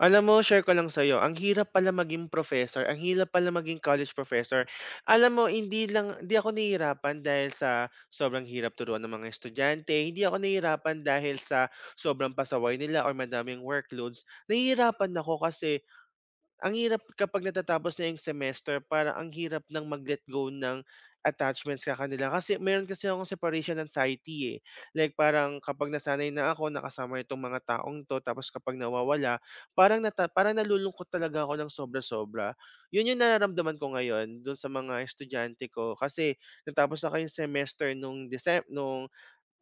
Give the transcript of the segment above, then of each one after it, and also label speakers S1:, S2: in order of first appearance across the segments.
S1: Alam mo, share ko lang sa'yo, ang hirap pala maging professor, ang hirap pala maging college professor. Alam mo, hindi lang hindi ako nahihirapan dahil sa sobrang hirap turuan ng mga estudyante, hindi ako nahihirapan dahil sa sobrang pasaway nila or madaming workloads. Nahihirapan ako kasi ang hirap kapag natatapos na yung semester para ang hirap ng mag-let go ng attachments ka kanila kasi meron kasi akong separation anxiety, eh. Like parang kapag nasanay na ako na kasama itong mga taong 'to tapos kapag nawawala parang nalulungkot talaga ako ng sobra-sobra. Yun yung nararamdaman ko ngayon dun sa mga estudyante ko kasi natapos na kayong semester nung Decem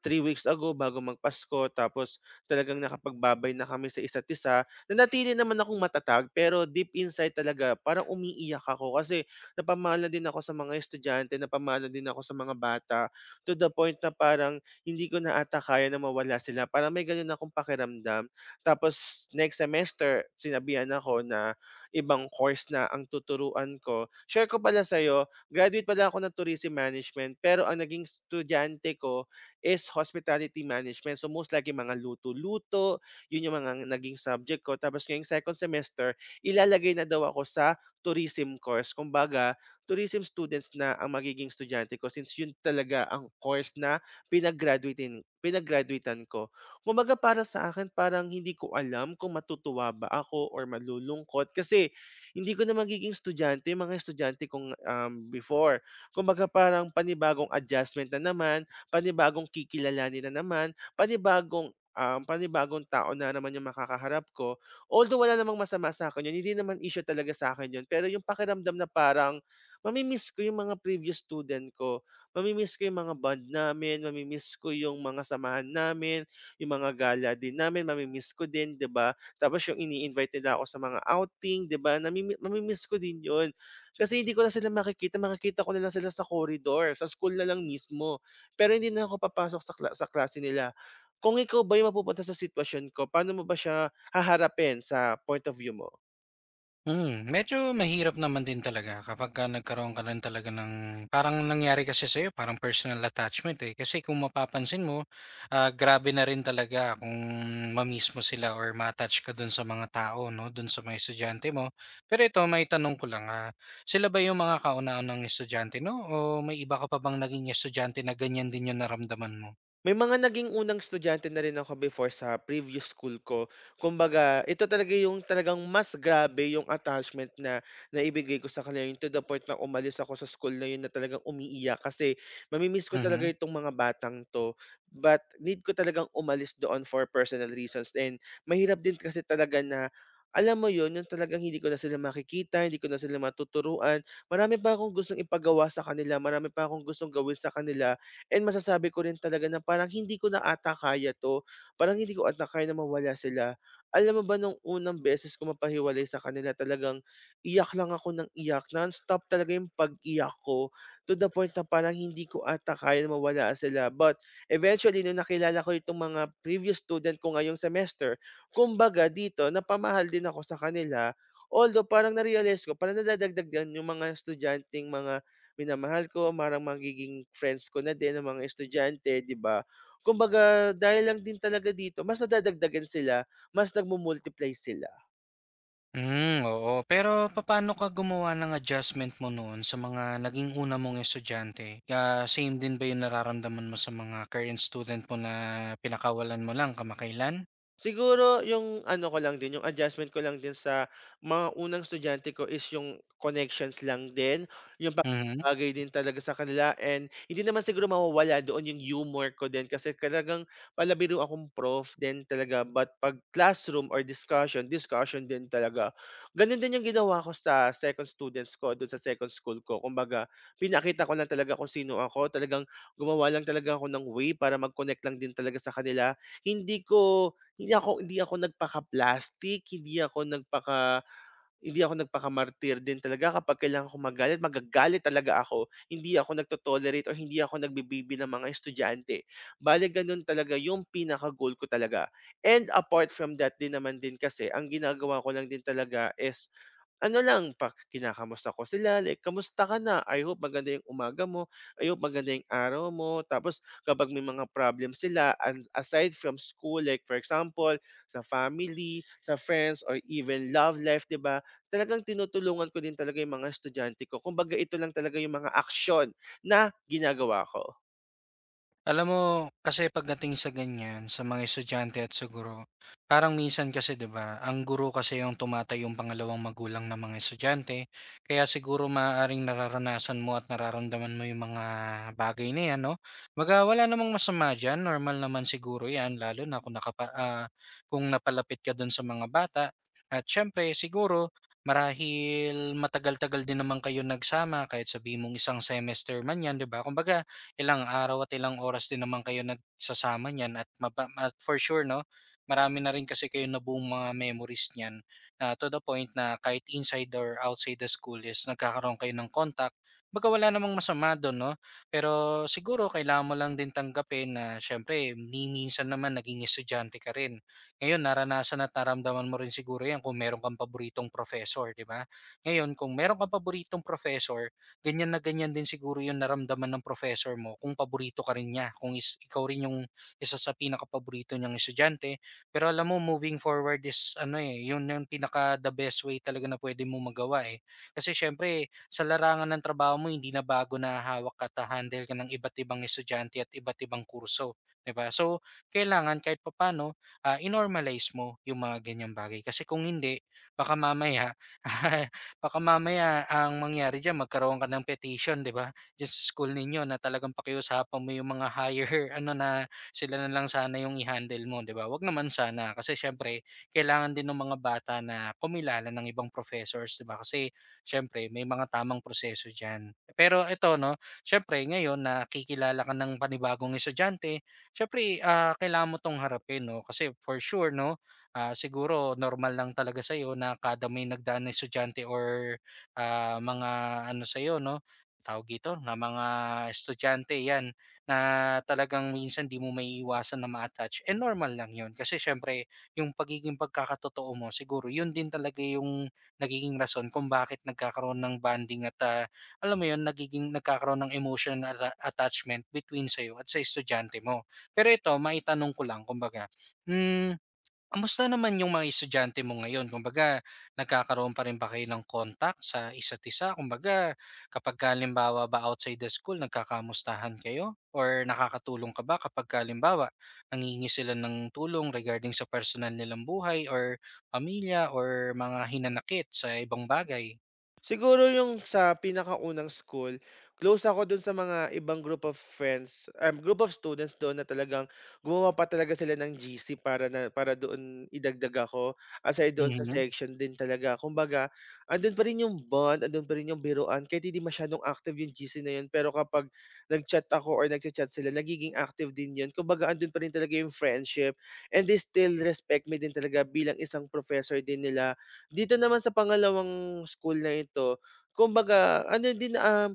S1: 3 weeks ago bago magpasko, tapos talagang nakapagbabay na kami sa isa't isa. Nanatili naman akong matatag pero deep inside talaga parang umiiyak ako kasi napamahal na din ako sa mga estudyante, napamahal na din ako sa mga bata to the point na parang hindi ko na ata kaya na mawala sila. Parang may ganun akong pakiramdam. Tapos next semester, sinabihan ako na ibang course na ang tuturuan ko. Share ko pala sa'yo, graduate pala ako ng tourism management pero ang naging estudyante ko is hospitality management. So most likely mga luto-luto, yun yung mga naging subject ko. Tapos ngayong second semester, ilalagay na daw ako sa tourism course. Kumbaga, tourism students na ang magiging estudyante ko since yun talaga ang course na pinag-graduatean ko. Kumbaga para sa akin, parang hindi ko alam kung matutuwa ba ako or malulungkot kasi hindi ko na magiging estudyante, yung mga estudyante kong before. Kumbaga parang panibagong adjustment na naman, panibagong kikilalanin na naman, panibagong tao na naman yung makakaharap ko. Although wala namang masama sa'kin yun, hindi naman issue talaga sa akin yun, pero yung pakiramdam na parang mami ko yung mga previous student ko, mami ko yung mga bond namin, mami ko yung mga samahan namin, yung mga gala din namin mami ko din, 'di ba? Tapos yung ini-invite nila ako sa mga outing, 'di ba, mami ko din yun. Kasi hindi ko na sila makikita, makikita ko na lang sila sa corridor, sa school na lang mismo pero hindi na ako papasok sa sa klase nila. Kung ikaw ba yung mapupunta sa sitwasyon ko, paano mo ba siya haharapin sa point of view mo?
S2: Medyo mahirap naman din talaga kapagka nagkaroon ka rin talaga ng parang nangyari kasi sa'yo, parang personal attachment, eh. Kasi kung mapapansin mo, grabe na rin talaga kung mo sila or ma-attach ka dun sa mga tao, 'no, dun sa mga estudyante mo. Pero ito, may tanong ko lang, sila ba yung mga kauna-unahang estudyante, 'no, o may iba ka pa bang naging estudyante na ganyan din yung naramdaman mo?
S1: May mga naging unang estudyante na rin ako before sa previous school ko. Kumbaga, ito talaga yung talagang mas grabe yung attachment na naibigay ko sa kanila, yung to the point na umalis ako sa school na yun na talagang umiiyak kasi mamimiss ko talaga
S2: Mhm.
S1: itong mga batang 'to. But need ko talagang umalis doon for personal reasons, and mahirap din kasi talaga na alam mo yun, yung talagang hindi ko na sila makikita, hindi ko na sila matuturuan. Marami pa akong gustong ipagawa sa kanila, marami pa akong gustong gawin sa kanila. And masasabi ko rin talaga na parang hindi ko na ata kaya 'to, parang hindi ko ata kaya na mawala sila. Alam mo ba nung unang beses ko mapahiwalay sa kanila talagang iyak lang ako ng iyak, nonstop talaga yung pag-iyak ko to the point na parang hindi ko ata kaya na mawala sila. But eventually nung nakilala ko itong mga previous student ko ngayong semester, kumbaga dito napamahal din ako sa kanila. Although parang na-realize ko parang nadadagdagan yung mga estudyanteng mga minamahal ko, marang magiging friends ko na din ang mga estudyante, 'di ba? Kumbaga dahil lang din talaga dito mas nadadagdagan sila, mas nagmu-multiply sila.
S2: Hmm, oo. Pero paano ka gumawa ng adjustment mo noon sa mga naging una mong estudyante? Same din ba yung nararamdaman mo sa mga current student mo na pinakawalan mo lang kamakailan?
S1: Siguro yung ano ko lang din, yung adjustment ko lang din sa mga unang estudyante ko is yung connections lang din, yung
S2: Mhm.
S1: bagay din talaga sa kanila, and hindi naman siguro mawawala doon yung humor ko din kasi talagang palabiro akong prof din talaga, but pag classroom or discussion din talaga. Ganun din yung ginawa ko sa second students ko doon sa second school ko. Kumbaga, pinakita ko lang talaga kung sino ako. Talagang gumawa lang talaga ako ng way para mag-connect lang din talaga sa kanila. Hindi ko hindi ako nagpaka-plastic, hindi ako nagpaka hindi ako nagpakamartir din talaga. Kapag kailangan ko magalit, magagalit talaga ako. Hindi ako nagbibibi ng mga estudyante. Bale gano'n talaga yung pinaka-goal ko talaga. And apart from that din naman din kasi ang ginagawa ko lang din talaga is ano lang, kinakamusta ko sila, like, "Kamusta ka na? I hope maganda yung umaga mo. I hope maganda yung araw mo." Tapos kapag may mga problem sila and aside from school, like for example, sa family, sa friends, or even love life, 'di ba, talagang tinutulungan ko din talaga yung mga estudyante ko. Kumbaga ito lang talaga yung mga aksiyon na ginagawa ko.
S2: Alam mo, kasi pagdating sa ganyan, sa mga estudyante at sa guro, parang minsan kasi 'di ba, ang guro kasi yung tumatay yung pangalawang magulang ng mga estudyante. Kaya siguro maaaring nararanasan mo at nararamdaman mo yung mga bagay na 'yan, 'no? Kumbaga wala namang masama diyan, normal naman siguro 'yan lalo na kung kung napalapit ka dun sa mga bata. At siyempre siguro, marahil matagal-tagal din naman kayo nagsama kahit sabi mong isang semester man 'yan, 'di ba? Kumbaga ilang araw at ilang oras din naman kayo nagsasama niyan at at for sure 'no, marami na rin kasi kayong nabuong mga memories niyan na to the point na kahit inside or outside the school is nagkakaroon kayo ng contact. Kumbaga wala namang masama dun 'no, pero siguro kailangan mo lang din tanggapin na siyempre ni minsan naman naging estudyante ka rin. Ngayon naranasan at naramdaman mo rin siguro 'yan kung meron kang paboritong professor, 'di ba? Ngayon kung meron kang paboritong professor ganyan na ganyan din siguro yung naramdaman ng professor mo kung paborito ka rin niya, kung is, ikaw rin yung isa sa pinakapaborito niyang estudyante. Pero alam mo, moving forward is ano eh, yun yung pinaka the best way talaga na pwede mo magawa eh. Kasi syempre, sa larangan ng trabaho mo, hindi na bago na hawak ka at handle ka ng iba't ibang estudyante at iba't ibang kurso. 'Di ba? So, kailangan kahit papano, inormalize mo yung mga ganyang bagay. Kasi kung hindi, baka mamaya Baka mamaya ang mangyari diyan magkaroon ka ng petition, 'di ba? Diyan sa school ninyo na talagang pakiusapan mo yung mga higher ano na sila na lang sana yung i-handle mo, 'di ba? Wag naman sana kasi syempre kailangan din ng mga bata na kumilala ng ibang professors, 'di ba? Kasi syempre may mga tamang proseso diyan. Pero ito no, syempre ngayon nakikilala ka ng panibagong estudyante, syempre kailangan mo tong harapin no kasi for sure no siguro normal lang talaga sa iyo na kada may nagdaan na estudyante or mga ano sa iyo no? Tawag dito, na mga estudyante yan na talagang minsan di mo may na ma-attach. And normal lang yun. Kasi syempre, yung pagiging pagkakatotoo mo, siguro yun din talaga yung nagiging rason kung bakit nagkakaroon ng bonding at alam mo yun, nagiging nagkakaroon ng emotional na attachment between sa'yo at sa estudyante mo. Pero ito, maitanong ko lang, kumbaga, hmm, kamusta naman yung mga estudyante mo ngayon? Kumbaga, nagkakaroon pa rin ba kayo ng contact sa isa't isa? Kumbaga, kapag ka halimbawa ba outside the school, nagkakamustahan kayo? Or nakakatulong ka ba kapag ka halimbawa, nangingi sila ng tulong regarding sa personal nilang buhay or pamilya or mga hinanakit sa ibang bagay?
S1: Siguro yung sa pinakaunang school, close ako dun sa mga ibang group of group of students doon na talagang gumawa pa talaga sila ng GC para doon idagdag ako. Aside doon sa
S2: Mm-hmm.
S1: section din talaga. Kumbaga, andun pa rin yung bond, andun pa rin yung biruan kahit hindi masyadong active yung GC na yun, pero kapag nag-chat ako or nag chat sila, nagiging active din yun. Kumbaga, andun pa rin talaga yung friendship, and they still respect me din talaga bilang isang professor din nila. Dito naman sa pangalawang school na ito, kumbaga ano din, um,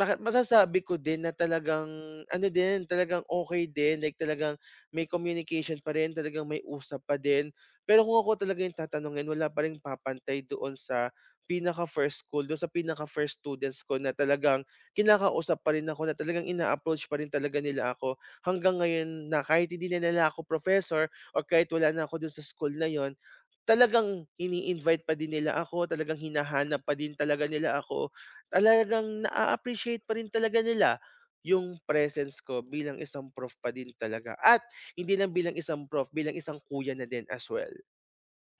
S1: maka masasabi ko din na talagang ano din, talagang okay din, like talagang may communication pa rin, talagang may usap pa din. Pero kung ako talaga yung tatanungin, wala pa ring papantay doon sa pinaka-first school, doon sa pinaka-first students ko na talagang kinakausap pa rin ako, na talagang ina-approach pa rin talaga nila ako. Hanggang ngayon na kahit hindi na nila ako professor or kahit wala na ako dun sa school na yon, talagang ini-invite pa din nila ako, talagang hinahanap pa din talaga nila ako. Talagang na appreciate pa rin talaga nila yung presence ko bilang isang prof pa din talaga at hindi lang bilang isang prof, bilang isang kuya na din as well.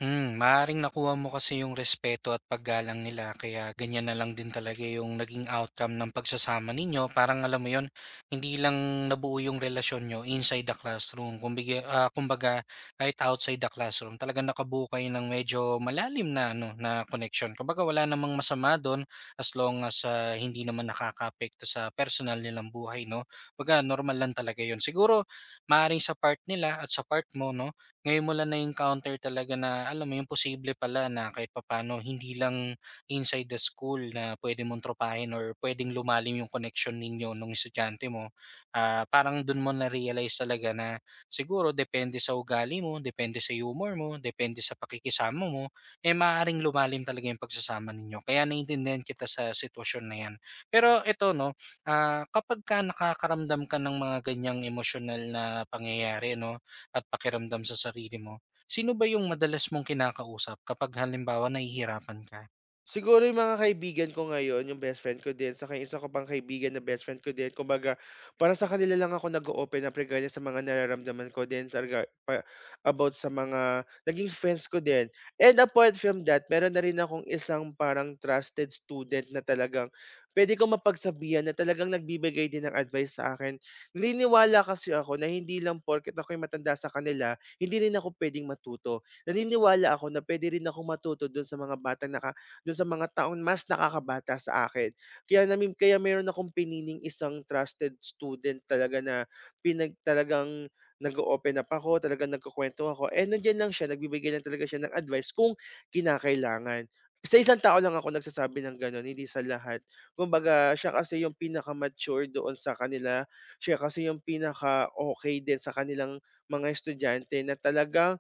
S2: Hmm, maaaring nakuha mo kasi yung respeto at paggalang nila kaya ganyan na lang din talaga yung naging outcome ng pagsasama ninyo. Parang alam mo yon, hindi lang nabuo yung relasyon nyo inside the classroom. Kumbaga, kahit outside the classroom, talagang nakabuo kayo ng medyo malalim na ano na connection. Kumbaga wala namang masama doon as long as hindi naman nakakaapekto sa personal nilang buhay, no? Kumbaga normal lang talaga yon. Siguro maaaring sa part nila at sa part mo, no? Ngayon mo lang na-encounter talaga na alam mo yung posible pala na kahit papano hindi lang inside the school na pwede mong tropahin or puwedeng lumalim 'yung connection ninyo nung estudyante mo. Ah, parang dun mo na-realize talaga na siguro depende sa ugali mo, depende sa humor mo, depende sa pakikisama mo, eh, maaaring lumalim talaga 'yung pagsasama ninyo. Kaya naiintindihan kita sa sitwasyon na 'yan. Pero ito 'no, kapag ka nakakaramdam ka ng mga ganiyang emotional na pangyayari 'no, at pakiramdam sa sarili mo. Sino ba yung madalas mong kinakausap kapag halimbawa nahihirapan ka?
S1: Siguro yung mga kaibigan ko ngayon, yung best friend ko din, saka yung isa ko pang kaibigan na best friend ko din. Kumbaga, para sa kanila lang ako nag-o-open up regardless sa mga nararamdaman ko din talaga about sa mga naging friends ko din. And apart from that, meron na rin akong isang parang trusted student na talagang pwede ko mapagsabihan na talagang nagbibigay din ng advice sa akin. Naniniwala kasi ako na hindi lang porket ako'y matanda sa kanila, hindi rin ako pwedeng matuto. Naniniwala ako na pwede rin ako matuto doon sa mga batang na dun sa mga taong mas nakakabata sa akin. Kaya meron akong piniling isang trusted student talaga na talagang nag-o-open up ako, talagang nagkukuwento ako, eh, nandiyan lang siya, nagbibigay lang talaga siya ng advice kung kinakailangan. Sa isang tao lang ako nagsasabi ng gano'n, hindi sa lahat. Kumbaga siya kasi yung pinaka-mature doon sa kanila, siya kasi yung pinaka-okey din sa kanilang mga estudyante na talagang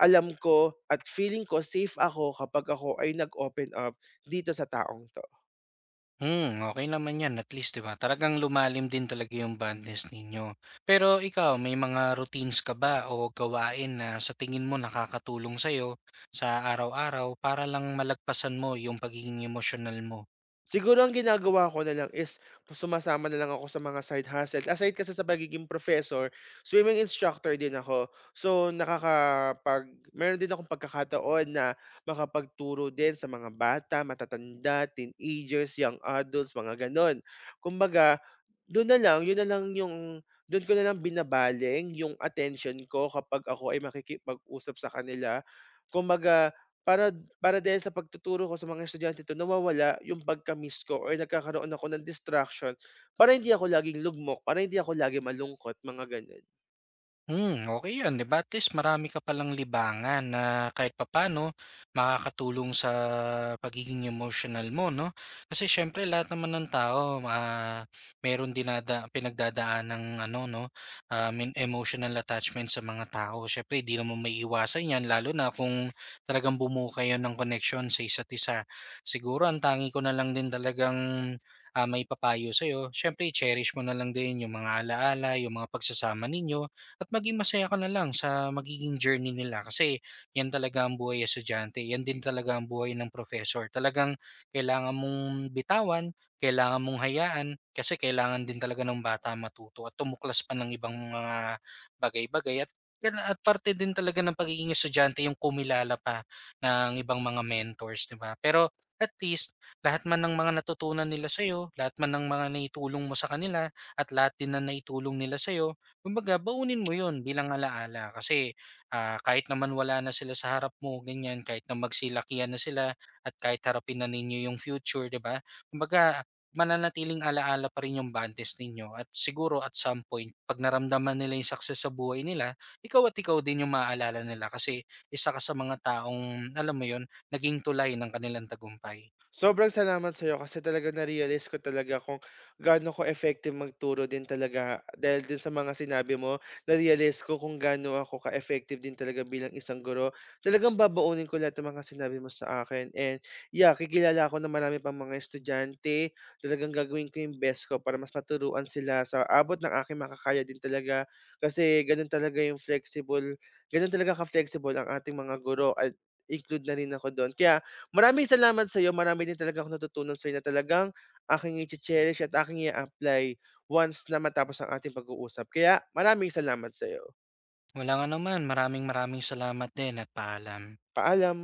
S1: alam ko at feeling ko safe ako kapag ako ay nag-open up dito sa taong 'to.
S2: Hmm, okay naman 'yan at least 'di ba, talagang lumalim din talaga yung bondness ninyo. Pero ikaw, may mga routines ka ba o gawain na sa tingin mo nakakatulong sa'yo sa araw-araw para lang malagpasan mo yung pagiging emotional mo?
S1: Siguro ang ginagawa ko na lang is sumasama na lang ako sa mga side hustle. Aside kasi sa pagiging professor, swimming instructor din ako. So meron din akong pagkakataon na makapagturo din sa mga bata, matatanda, teenagers, young adults, mga gano'n. Kumbaga, dun na lang, yun na lang yung don ko na lang binabaling yung atensyon ko kapag ako ay makikipag-usap sa kanila. Kumbaga para para dahil sa pagtuturo ko sa mga estudyante 'to nawawala yung pagka-miss ko or nagkakaroon ako ng distraction para hindi ako laging lugmok, para hindi ako lagi malungkot, mga ganon.
S2: Hmm, okay yun, 'di ba, at least marami ka palang libangan na kahit papaano makakatulong sa pagiging emotional mo 'no. Kasi siyempre lahat naman ng tao, meron pinagdadaan ng ano 'no, men emotional attachment sa mga tao. Siyempre di naman maiiwasan 'yan lalo na kung talagang bumuo kayo ng connection sa isa't isa. Siguro ang tangi ko na lang din talagang, may papayo sa'yo, siyempre i-cherish mo na lang din yung mga alaala, yung mga pagsasama ninyo at maging masaya ka na lang sa magiging journey nila kasi yan talaga ang buhay estudyante, yan din talaga ang buhay ng professor. Talagang kailangan mong bitawan, kailangan mong hayaan kasi kailangan din talaga ng bata matuto at tumuklas pa ng ibang mga bagay-bagay at yan at parte din talaga ng pagiging estudyante yung kumilala pa ng ibang mga mentors, di ba? Pero at least lahat man ng mga natutunan nila sa'yo, lahat man ng mga naitulong mo sa kanila, at lahat din na naitulong nila sa'yo, kumbaga baunin mo 'yun bilang alaala kasi, kahit naman wala na sila sa harap mo ganyan kahit na magsilakihan na sila at kahit harapin na ninyo yung future, 'di ba? Kumbaga mananatiling alaala pa rin yung bantes ninyo at siguro at some point 'pag naramdaman nila yung success sa buhay nila, ikaw at ikaw din yung maaalala nila kasi isa ka sa mga taong, alam mo 'yun, naging tulay ng kanilang tagumpay.
S1: Sobrang salamat sa'yo kasi talaga na-realize ko talaga kung gaano ko effective magturo din talaga. Dahil din sa mga sinabi mo, na-realize ko kung gaano ako ka-effective din talaga bilang isang guro. Talagang babaunin ko lahat ng mga sinabi mo sa akin. And yeah, kikilala ako na marami pang mga estudyante. Talagang gagawin ko yung best ko para mas maturuan sila sa abot ng aking makakaya din talaga. Kasi ganun talaga yung flexible, ganun talaga ka-flexible ang ating mga guro, at include na rin ako doon. Kaya maraming salamat sa'yo, marami din talaga akong natutunan sa'yo na talagang aking iche-cherish at aking i apply once na matapos ang ating pag-uusap. Kaya maraming salamat sa'yo.
S2: Walang anuman, maraming maraming salamat din at paalam.
S1: Paalam.